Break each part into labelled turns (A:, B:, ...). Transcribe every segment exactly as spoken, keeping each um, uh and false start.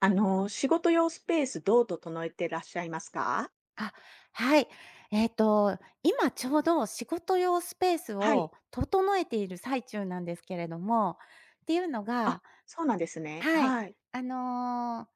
A: あの、仕事用スペースどう整えてらっしゃいますか？
B: あ、はい。えっと、今ちょうど仕事用スペース
A: はい。
B: を整えている最中なんですけれども、っていうの
A: あ、
B: が
A: そうなんですね。
B: はい、
A: はい。
B: あの、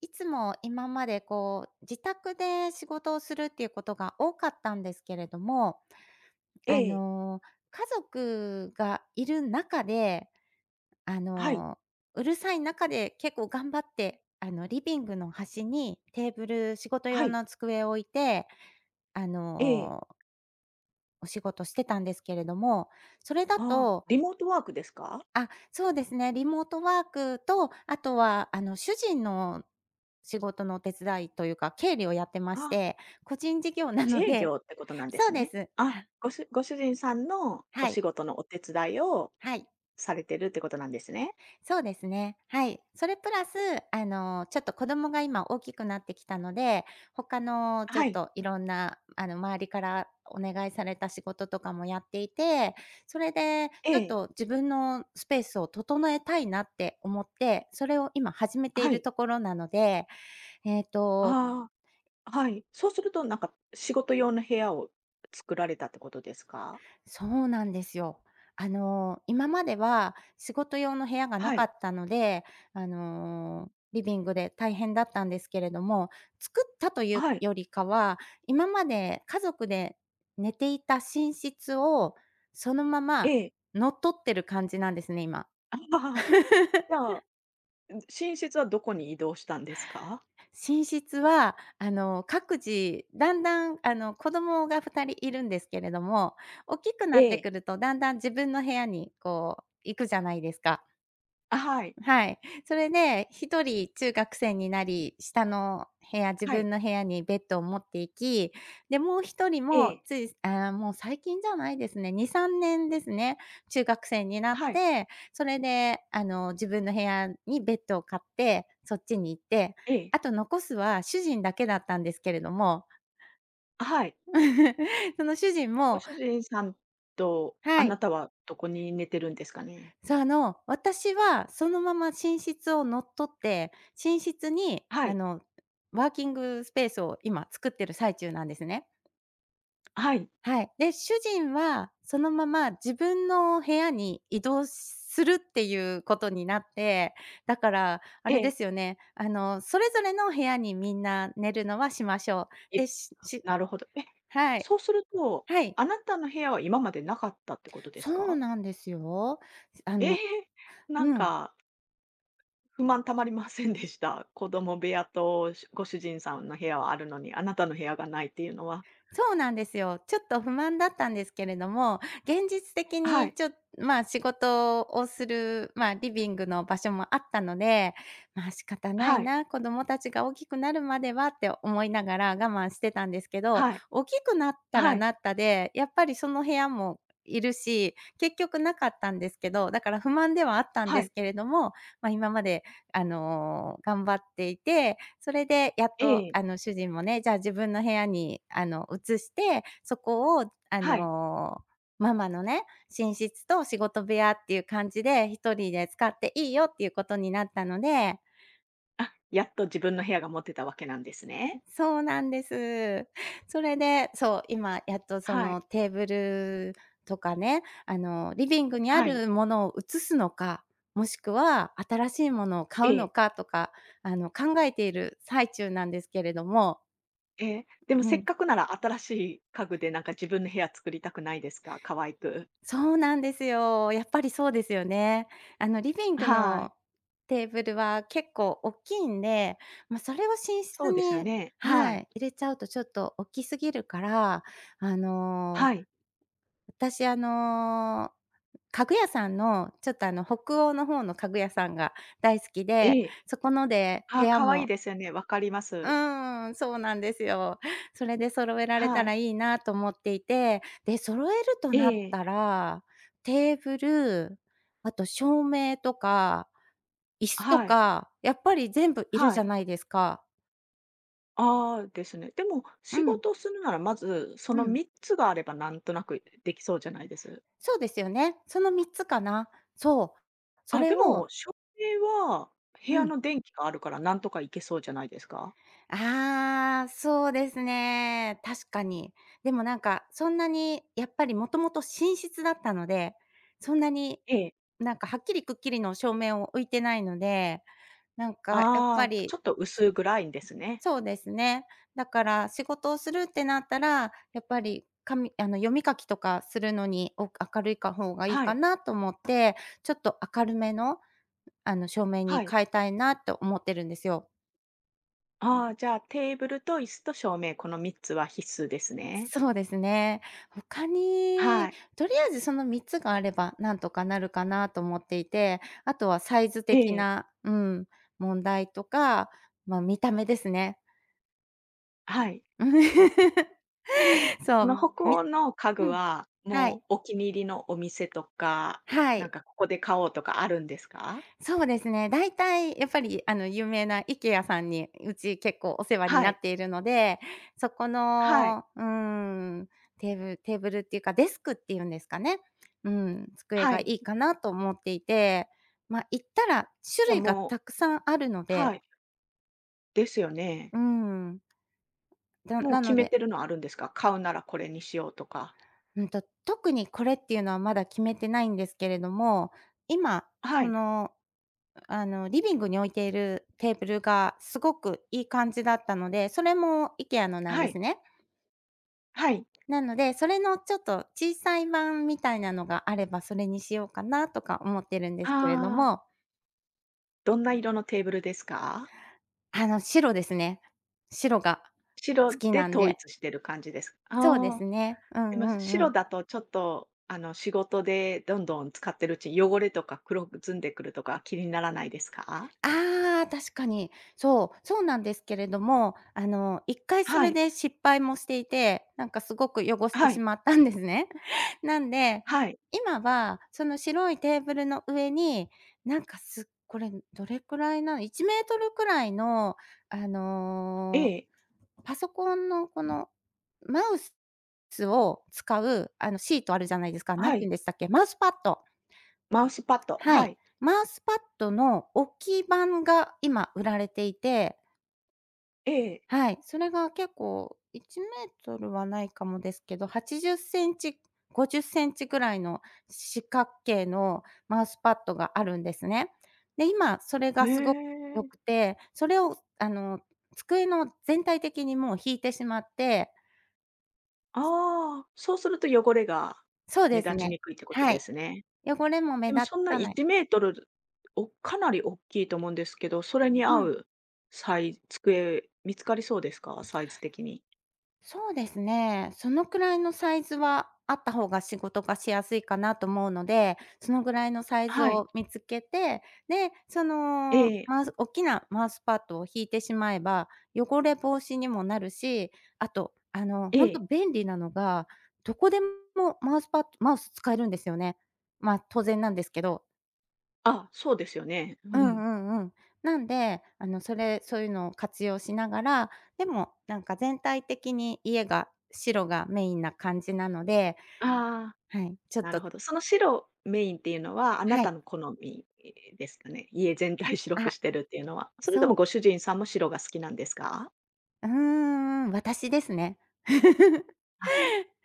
B: いつも今までこう、自宅で仕事をするっていうことが多かったんですけれども、
A: え
B: あ
A: え。
B: の、家族がいる中で、あ
A: はい。
B: の、うるさい中で結構頑張って、あの、リビングの端にテーブル仕事
A: は
B: 用
A: い。
B: の机を置いて、あ
A: ええ。
B: のお仕事してたんですけれども、それだ
A: ああ、
B: と
A: リモートワークですか？
B: あ、そうですね、リモートワークと、あとは、あの、主人の仕事のお手伝いというか、経理をやってまし
A: あ、
B: て、個人事業な
A: 自
B: の
A: 営
B: で
A: 業ってことなんで
B: そ
A: す
B: うで
A: ね。
B: す。
A: あ、
B: は
A: ごしご主人さんのお
B: はい、
A: 仕事のお手伝いを
B: はい。
A: されてるってことなんですね。
B: そうですね。はい。それプラス、あの、ちょっと子供が今大きくなってきたので、他のちょ
A: は
B: っ
A: い。
B: といろんな、あの、周りからお願いされた仕事とかもやっていて、それで
A: え
B: ちょっ
A: え。
B: と自分のスペースを整えたいなって思って、それを今始めてい
A: は
B: る
A: い。
B: ところなので、えっと、
A: ああ、はい。そうするとなんか仕事用の部屋を作られたってことですか？
B: そうなんですよ。あの、今までは仕事用の部屋がな
A: は
B: か
A: い。
B: ったので、あの、リビングで大変だったんですけれども、作ったという
A: はい。
B: よりかは、今まで家族で寝ていた寝室をそのま
A: え
B: ま
A: え。
B: 乗っ取ってる感じなんですね、今。
A: あははは、じゃ あ、寝室はどこに移動したんですか？
B: 寝室は、あの、各自だんだん、あの、子供がふたりいるんですけれども、大きくな
A: え
B: って
A: え。
B: くるとだんだん自分の部屋にこう行くじゃないですか。
A: あ、はい。
B: はい。それで、一人中学生になり、下の部屋自
A: はい。
B: 分の部屋にベッドを持って行き、で、もう一人
A: え
B: も
A: え。
B: ついあーもう最近じゃないですね、に、さんねんですね、中学生になっ
A: はい。
B: て、それで、あの、自分の部屋にベッドを買って、そっちに行って、
A: ええ。
B: あと残すは主人だけだったんですけれども、
A: あ、はい。
B: その主人
A: ご
B: も
A: 主人さんとあ
B: はい。
A: なたはどこに寝てるんですかね？
B: そう、あの、私はそのまま寝室を乗っ取って、寝室に
A: は
B: あ
A: い。
B: の、ワーキングスペースを今作ってる最中なんですね。
A: はい。
B: はい。で、主人はそのまま自分の部屋に移動するっていうことになって、だからあ
A: え
B: れで
A: え。
B: すよね、あの、それぞれの部屋にみんな寝るのはしましょう。
A: え、
B: で、しし
A: なるほど。え、
B: はい、
A: そうすると、
B: はい、
A: あなたの部屋は今までなかったってことで
B: そ
A: す
B: う
A: か？
B: なんですよ。あ
A: え
B: の
A: え。なん
B: うん。
A: か不満たまりませんでした。子供部屋としご主人さんの部屋はあるのに、あなたの部屋がないっていうのは。
B: そうなんですよ。ちょっと不満だったんですけれども、現実的
A: は
B: に
A: い。
B: ちょまあ、仕事をする、まあ、リビングの場所もあったので、まあ、仕方ない
A: はい。
B: な、子供たちが大きくなるまではって思いながら我慢してたんですけど、
A: はい。
B: 大きくなったら
A: はい。
B: なったで、やっぱりその部屋もいるし、結局なかったんですけど、だから不満ではあったん
A: は
B: で
A: い。
B: すけれども、まあ、今まであの、頑張っていて、それでやっ
A: え
B: と、
A: え。
B: あの、主人もね、じゃあ自分の部屋に、あの、移して、そこを、あ
A: はい。
B: の、ママのね、寝室と仕事部屋っていう感じで、一人で使っていいよっていうことになったので
A: あ、やっと自分の部屋が持てたわけなんですね。
B: そうなんです。それで、そう、今やっとそ
A: はい。
B: のテーブルとかね、あの、リビングにあ
A: はい。
B: るものを移すのか、もしくは新しいものを
A: え
B: 買う
A: え。
B: のかとか、あの、考えている最中なんですけれども。
A: ええ。でも
B: う
A: せっ
B: ん。
A: かくなら新しい家具でなんか自分の部屋作りたくないですか？可愛く。
B: そうなんですよ。やっぱりそうですよね。あの、リビング
A: はい。
B: のテーブルは結構大きいんで、ま、それを寝室
A: そうですよ
B: に
A: ね。は
B: は
A: い。
B: い、入れちゃうとちょっとおっきすぎるから、あの
A: はい。
B: 私、あの、家具屋さんの、ちょっと、あの、北欧の方の家具屋さんが大好きで、
A: ええ。
B: そこので部
A: あ、
B: 屋
A: 可愛い
B: も
A: ですよね。わかりま
B: う
A: す。
B: ーん、そうなんですよ。それで揃えられた
A: は
B: ら
A: い。
B: いいなと思っていて、で、揃えると
A: え
B: なっ
A: え。
B: たら、テーブル、あと照明とか、椅子と
A: はい。
B: か、やっぱり全部いる
A: は
B: じゃ
A: い。
B: ないですか。
A: ああ、ですね。でも
B: う
A: 仕
B: ん、
A: 事するならまず、そ
B: う
A: の
B: ん。
A: みっつがあればなんとなくできそうじゃないです？
B: そうですよね。そのみっつかな。そう。そ
A: あ、
B: れ
A: でも、
B: を
A: 照明は部
B: う
A: 屋
B: ん。
A: の電気があるから、なんとかいけそうじゃないですか？
B: ああ、そうですね。確かに。でもなんか、そんなにやっぱりもともと寝室だったので、そんなに、
A: ええ。
B: なんかはっきりくっきりの照明を置いてないので、なんかやっぱ
A: ああ、ち
B: り、
A: ょっと薄暗いんですね。
B: そうですね。だから仕事をするってなったら、やっぱりかみあの、読み書きとかするのに、お明るいか方がいい
A: は
B: か
A: い、
B: なと思って、ちょっと明るめの、あの、照明に
A: はい。
B: 変えたいなと思ってるんですよ。
A: ああ、じゃあ、テーブルと椅子と照明、このみっつは必須ですね。
B: そうですね。他
A: は
B: に、
A: い。
B: とりあえずそのみっつがあれば、なんとかなるかなと思っていて、あとはサイズ
A: え
B: 的
A: え、
B: な、うん、問題とか、ま、見た目ですね。
A: はい。
B: うん そ
A: あの、
B: う、
A: 北
B: み
A: 欧の家具
B: うん。
A: は、
B: は
A: も
B: い。
A: うお気に入りのお店とか、
B: は
A: なん
B: い。
A: かここで買おうとかあるんですか？
B: そうですね、大体やっぱり、あの、有名な IKEA さんに、うち結構お世話に
A: は
B: な
A: い、
B: っているので、そこ
A: はい、
B: の、うーん、テーブルテーブルっていうか、デスクっていうんですかね。うん、机
A: は
B: がい
A: い。
B: いかなと思っていて、まあ、行ったら種
A: じゃあ、
B: 類が
A: も
B: たくさんあるの
A: う
B: で、
A: はい、ですよね。
B: うん、だ
A: もう
B: な
A: 決
B: の
A: め
B: で、
A: てるのあるんですか？買うならこれにしようとか。
B: うんと、特にこれっていうのはまだ決めてないんですけれども、今、
A: は
B: そ
A: い、
B: のあの、リビングに置いているテーブルがすごくいい感じだったので、それも IKEA のなん
A: は
B: で
A: い、
B: すね。
A: はい。
B: なので、それのちょっと小さい版みたいなのがあれば、それにしようかなとか思ってるんですけれど
A: ああ、
B: も、
A: どんな色のテーブルですか？
B: あの、白ですね。白が好
A: 白
B: き
A: で
B: なん
A: 統
B: で。
A: 一してる感じです。
B: そうで
A: あ
B: す
A: あ、
B: ね。う
A: で
B: んう
A: も
B: んう
A: 白
B: ん。
A: だとちょっとあの、仕事でどんどん使ってるうちに汚れとか黒ずんでくるとか気にならないですか？
B: ああ、確かに。そう、そうなんですけれども、あの、いっかいそ
A: は
B: れ
A: い、
B: で失敗もしていて、なんかすごく汚して
A: は
B: し
A: い、
B: まったんですね。なんで、
A: はい。
B: 今はその白いテーブルの上に、なんかすこれどれくらいな、のいちメートルくらいの、あ
A: え
B: の、
A: え、
B: パソコンのこのマウスを使う、あの、シートあるじゃないですか、なん
A: は
B: て言
A: い。
B: うんでしたっけ、マウスパッド。
A: マウスパッド、
B: は
A: は
B: い。
A: い。
B: マウスパッドの置き版が今売られていて、
A: ええ。
B: はい、それが結構いちメートルはないかもですけど、はちじっセンチ、ごじっセンチぐらいの四角形のマウスパッドがあるんですね。で、今それが
A: え
B: すごく良
A: え。
B: くて、それをあの、机の全体的にもう引いてしまって
A: ああ、そうすると汚れが
B: そう
A: 目
B: です
A: 立ち
B: ね。
A: にくいってこと
B: は
A: で
B: い。
A: すね。
B: 汚れも目
A: でも
B: 立
A: そんな
B: たない。
A: いちメートル、おかなり大きいと思うんですけど、それに
B: う
A: 合
B: ん。
A: うサイ机見つかりそうですか？サイズ的に。
B: そうですね。そのくらいのサイズはあった方が仕事がしやすいかなと思うので、そのぐらいのサイズ
A: はい。
B: を見つけて、で、その
A: ええ。
B: マウス大きなマウスパッドを引いてしまえば、汚れ防止にもなるし、あと、あの、
A: え
B: 本当
A: え。
B: 便利なのが、どこでもマウスパッドマウス使えるんですよね。まあ、当然なんですけど。
A: あ、そうですよね。う
B: うんう
A: ん。
B: んうん。なんで、あの、それそういうのを活用しながら、でも、なんか全体的に家が白がメインな感じなので、
A: ああ、
B: はい、ちょっ
A: なる
B: と
A: ほど。その白メインっていうのは、あな
B: はい。
A: たの好みですかね？家全体白く
B: あ、
A: してるっていうのは。それと
B: そ
A: も
B: う、
A: ご主人さんも白が好きなんですか？
B: うーん、私ですね。
A: あ、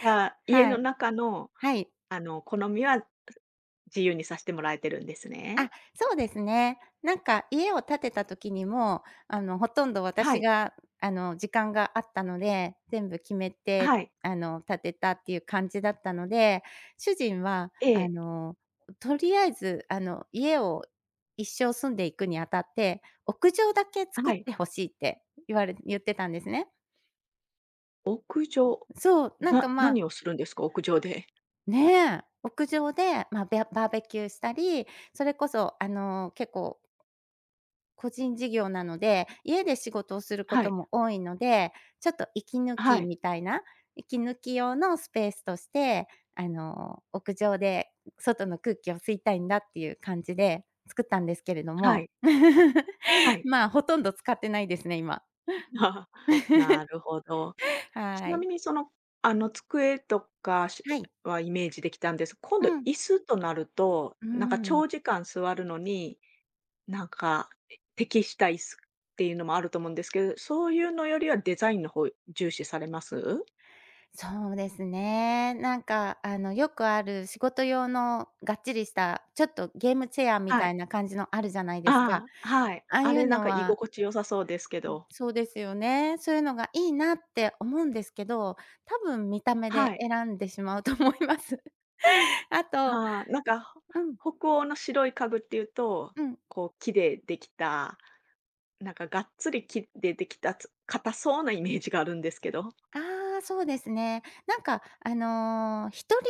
A: じゃあ、家
B: は
A: の
B: い。
A: 中の、
B: はい。
A: あの、好みは自由にさせてもらえてるんですね。
B: あ、そうですね。なんか家を建てた時にも、あの、ほとんど
A: は
B: 私
A: い、
B: が、あの、時間があったので、全部決めて、
A: はい、
B: あの、建てたっていう感じだったので、主人は、
A: え
B: あ
A: え、
B: の、とりあえず、あの、家を一生住んでいくにあたって、屋上だけ作
A: は
B: っ
A: い。
B: てほしいって言われ言ってたんですね。
A: 屋上、
B: そう、なんか、
A: な
B: まあ、
A: 何をするんですか？屋上で。
B: ねえ、屋上で、まあ、べバーベキューしたり、それこそ、あの、結構個人事業なので、家で仕事をするこ
A: は
B: と
A: い、
B: も多いので、ちょっと息抜
A: は
B: き
A: い、
B: みたいな、息抜き用のスペースとして、あの、屋上で外の空気を吸いたいんだっていう感じで作ったんですけれど
A: は
B: も、
A: い、はい。
B: まあ、ほとんど使ってないですね、今。
A: あ、な るほど。ち
B: は
A: なみ
B: い。
A: にその、あの、机とかし
B: はい。
A: はイメージできたんです。今度
B: うん。
A: 椅子となると、
B: うー
A: なんか
B: ん。
A: 長時間座るのに、なんか、適した椅子っていうのもあると思うんですけど、そういうのよりはデザインの方重視されます？
B: そうですね。なんか、あの、よくある仕事用のがっちりした、ちょっとゲームチェアみ
A: は
B: たい
A: い。
B: な感じのあるじゃないですか。
A: ああ、はい。
B: ああ
A: あ
B: いう
A: れなん
B: の
A: か居
B: は、
A: 心地良さそうですけ
B: うん、
A: ど。
B: そうですよね。そういうのがいいなって思うんですけど、多分見た目で
A: はい。
B: 選んでしまうと思います。あと、
A: はい、なんか、
B: うん
A: ほ北欧の白い家具っていうと、
B: うん。
A: こう木でできた、なんかがっつり木でできたつ硬そうなイメージがあるんですけど。
B: ああ、そうですね。なんかあの、一人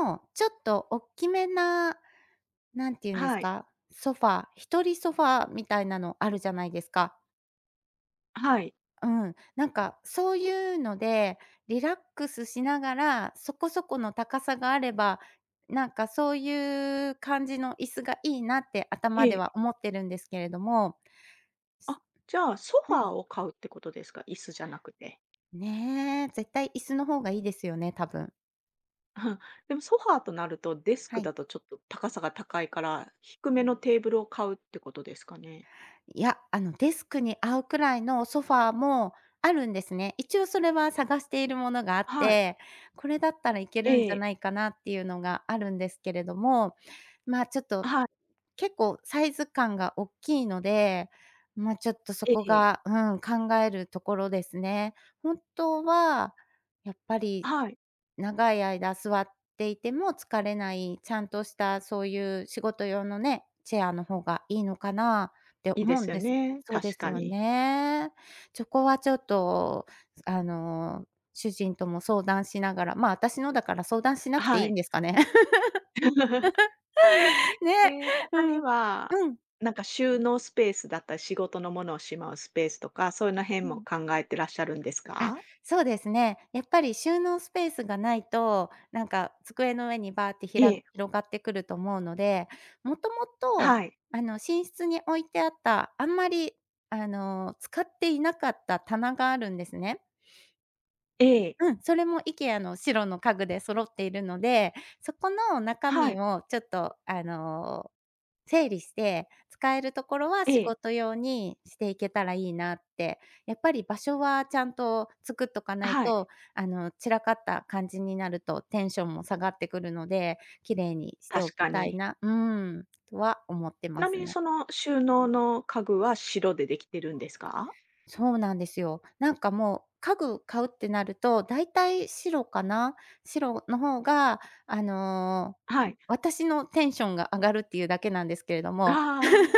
B: 用のちょっと大きめな、なんて言うんです
A: はい、
B: か、ソファー、一人ソファーみたいなのあるじゃないですか。
A: はい、
B: うん、なんかそういうので、リラックスしながら、そこそこの高さがあれば、なんかそういう感じの椅子がいいなって
A: え
B: 頭で
A: え。
B: は思ってるんですけれども、
A: あ、じゃあソフ
B: う
A: ァー
B: ん、
A: を買うってことですか？椅子じゃなくて。
B: ねえ、絶対椅子の方がいいですよね、多分。
A: うん、でもソファーとなると、デスク
B: は
A: だ
B: い。
A: とちょっと高さが高いから、低めのテーブルを買うってことですかね？
B: いや、あの、デスクに合うくらいのソファーもあるんですね。一応それは探しているものがあっ
A: はい、
B: て、これだったらいけ
A: え
B: るんじゃ
A: え、
B: ないかなっていうのがあるんですけれども、まあ、ちょっと、
A: はい、
B: 結構サイズ感が大きいので、まあ、ちょっとそ
A: え
B: こ
A: え、
B: が、うん、考えるところですね。本当はやっぱり
A: はい、
B: 長い間座っていても疲れない、ちゃんとしたそういう仕事用のね、チェアの方がいいのかなって
A: いいで
B: 思う
A: す
B: ん
A: よ
B: です。
A: ね、
B: そうで
A: 確
B: す
A: か
B: よ
A: に。
B: ね。そこはちょっと、あの、主人とも相談しながら、まあ、私のだから相談しなくて
A: は
B: いいん
A: い。
B: ですかね。ね、
A: で、
B: う
A: 他
B: ん。
A: には、
B: うん、
A: なんか収納スペースだったり、仕事のものをしまうスペースとか、そういうの辺
B: う
A: も
B: ん。
A: 考えてらっしゃるんです
B: あ、
A: か？
B: そうですね。やっぱり収納スペースがないと、なんか机の上にバーってひ
A: え
B: ら
A: え、
B: 広がってくると思うので、もともと、
A: はい。
B: あの、寝室に置いてあった、あんまり、あの、使っていなかった棚があるんですね。
A: ええ、
B: うん、それも IKEA の白の家具で揃っているので、そこの中
A: はい、
B: 身をちょっと、あの、整理して、使えるところは
A: え
B: 仕
A: え、
B: 事用にしていけたらいいなって。やっぱり場所はちゃんと作っとかない
A: はい、
B: と、あの、散らかった感じになるとテンションも下がってくるので、綺麗にして
A: 確
B: おき
A: か
B: たい
A: に。
B: なうーん、とは思って
A: ち
B: ま
A: なみ
B: す
A: に
B: ね。
A: その収納の家具は白でできてるんですか？
B: そうなんですよ。なんかもう、家具買うってなると、だいたい白かな。白の方が、あの、
A: はい。
B: 私のテンションが上がるっていうだけなんですけれども、
A: あ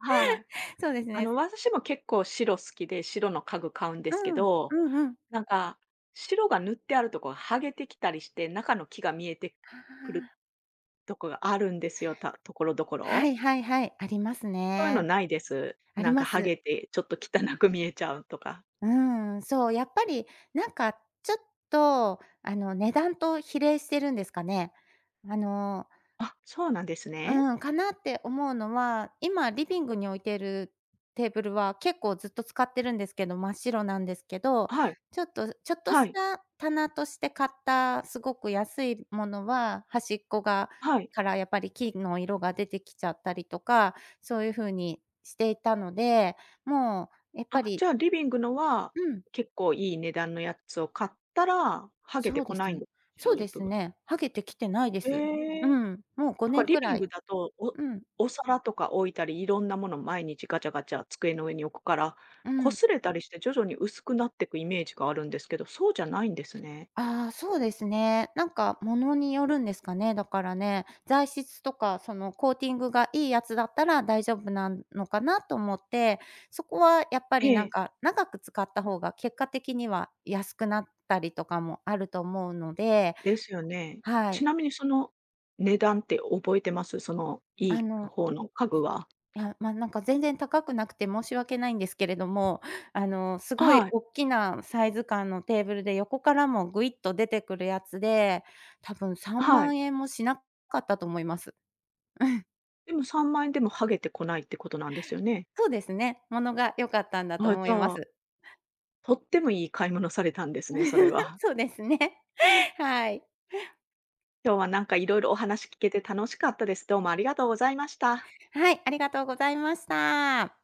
A: あ、はい。
B: そうです
A: あ
B: ね。
A: の、私も結構白好きで、白の家具買うんで
B: う
A: すけ
B: ん、
A: ど、
B: うんうん。
A: なんか白が塗ってあるとこが剥げてきたりして、中の木が見えて
B: あ
A: くる
B: ー、
A: とこがあるんですよ、たところどこ
B: は
A: ろ、
B: いはいはい、あります
A: そういうの
B: ね。
A: ないです。
B: あり
A: なんか
B: ま
A: ハ
B: す。
A: ゲてちょっと汚く見えちゃうとか。
B: うん、そう、やっぱりなんかちょっと、あの、値段と比例してるんですかね。あの
A: あ、そうなんですね。
B: うん、かなって思うのは、今リビングに置いてるテーブルは結構ずっと使ってるんですけど、真っ白なんですけど、
A: はい、
B: ちょっとちょっと
A: は
B: し
A: い、
B: た棚として買ったすごく安いものは、端っこが
A: はい。
B: からやっぱり木の色が出てきちゃったりとか、そういう風にしていたので、もうやっぱ
A: あ、じ
B: り、
A: ゃあリビングのは、
B: うん、
A: 結構いい値段のやつを買ったら、ハゲて
B: そう
A: こ
B: で
A: な
B: す
A: いん
B: ね。
A: です、
B: そう
A: 白い
B: で
A: 部
B: す
A: 分。
B: ね、剥げてきてないで
A: え
B: す。う
A: え、
B: ん、もう
A: なん
B: 5
A: か
B: 年
A: リ
B: く
A: ビ
B: ら
A: ン
B: い。
A: グだと、お
B: うん、
A: お皿とか置いたり、いろんなもの毎日ガチャガチャ机の上に置くから、
B: うん。
A: 擦れたりして徐々に薄くなっていくイメージがあるんですけど、そうじゃないんですね。
B: ああ、そうですね。なんか物によるんですかね、だからね。材質とか、そのコーティングがいいやつだったら大丈夫なのかなと思って、そこはやっぱ
A: え
B: りなん
A: え。
B: か長く使った方が結果的には安くなったりとかもあると思うので、
A: ですよね。
B: は
A: ち
B: い。
A: なみにその値段って覚えてます？そのいい
B: あの
A: 方の家具は。
B: いや、ま、なんか全然高くなくて申し訳ないんですけれども、あの、すごい
A: はい、
B: おっきなサイズ感のテーブルで横からもぐいっと出てくるやつで、多分3
A: はい。
B: 万円もしなかったと思います。うん、
A: でもさんまん円でも剥げてこないってことなんですよね。
B: そうですね。物が良かったんだと
A: あ、
B: 思
A: じゃ
B: いま
A: あ、
B: す。
A: とってもいい買い物されたんですね、それ は。
B: そうですね。はい。
A: 今日はなんかいろいろお話聞けて楽しかったです。どうもありがとうございました。
B: はい、ありがとうございました。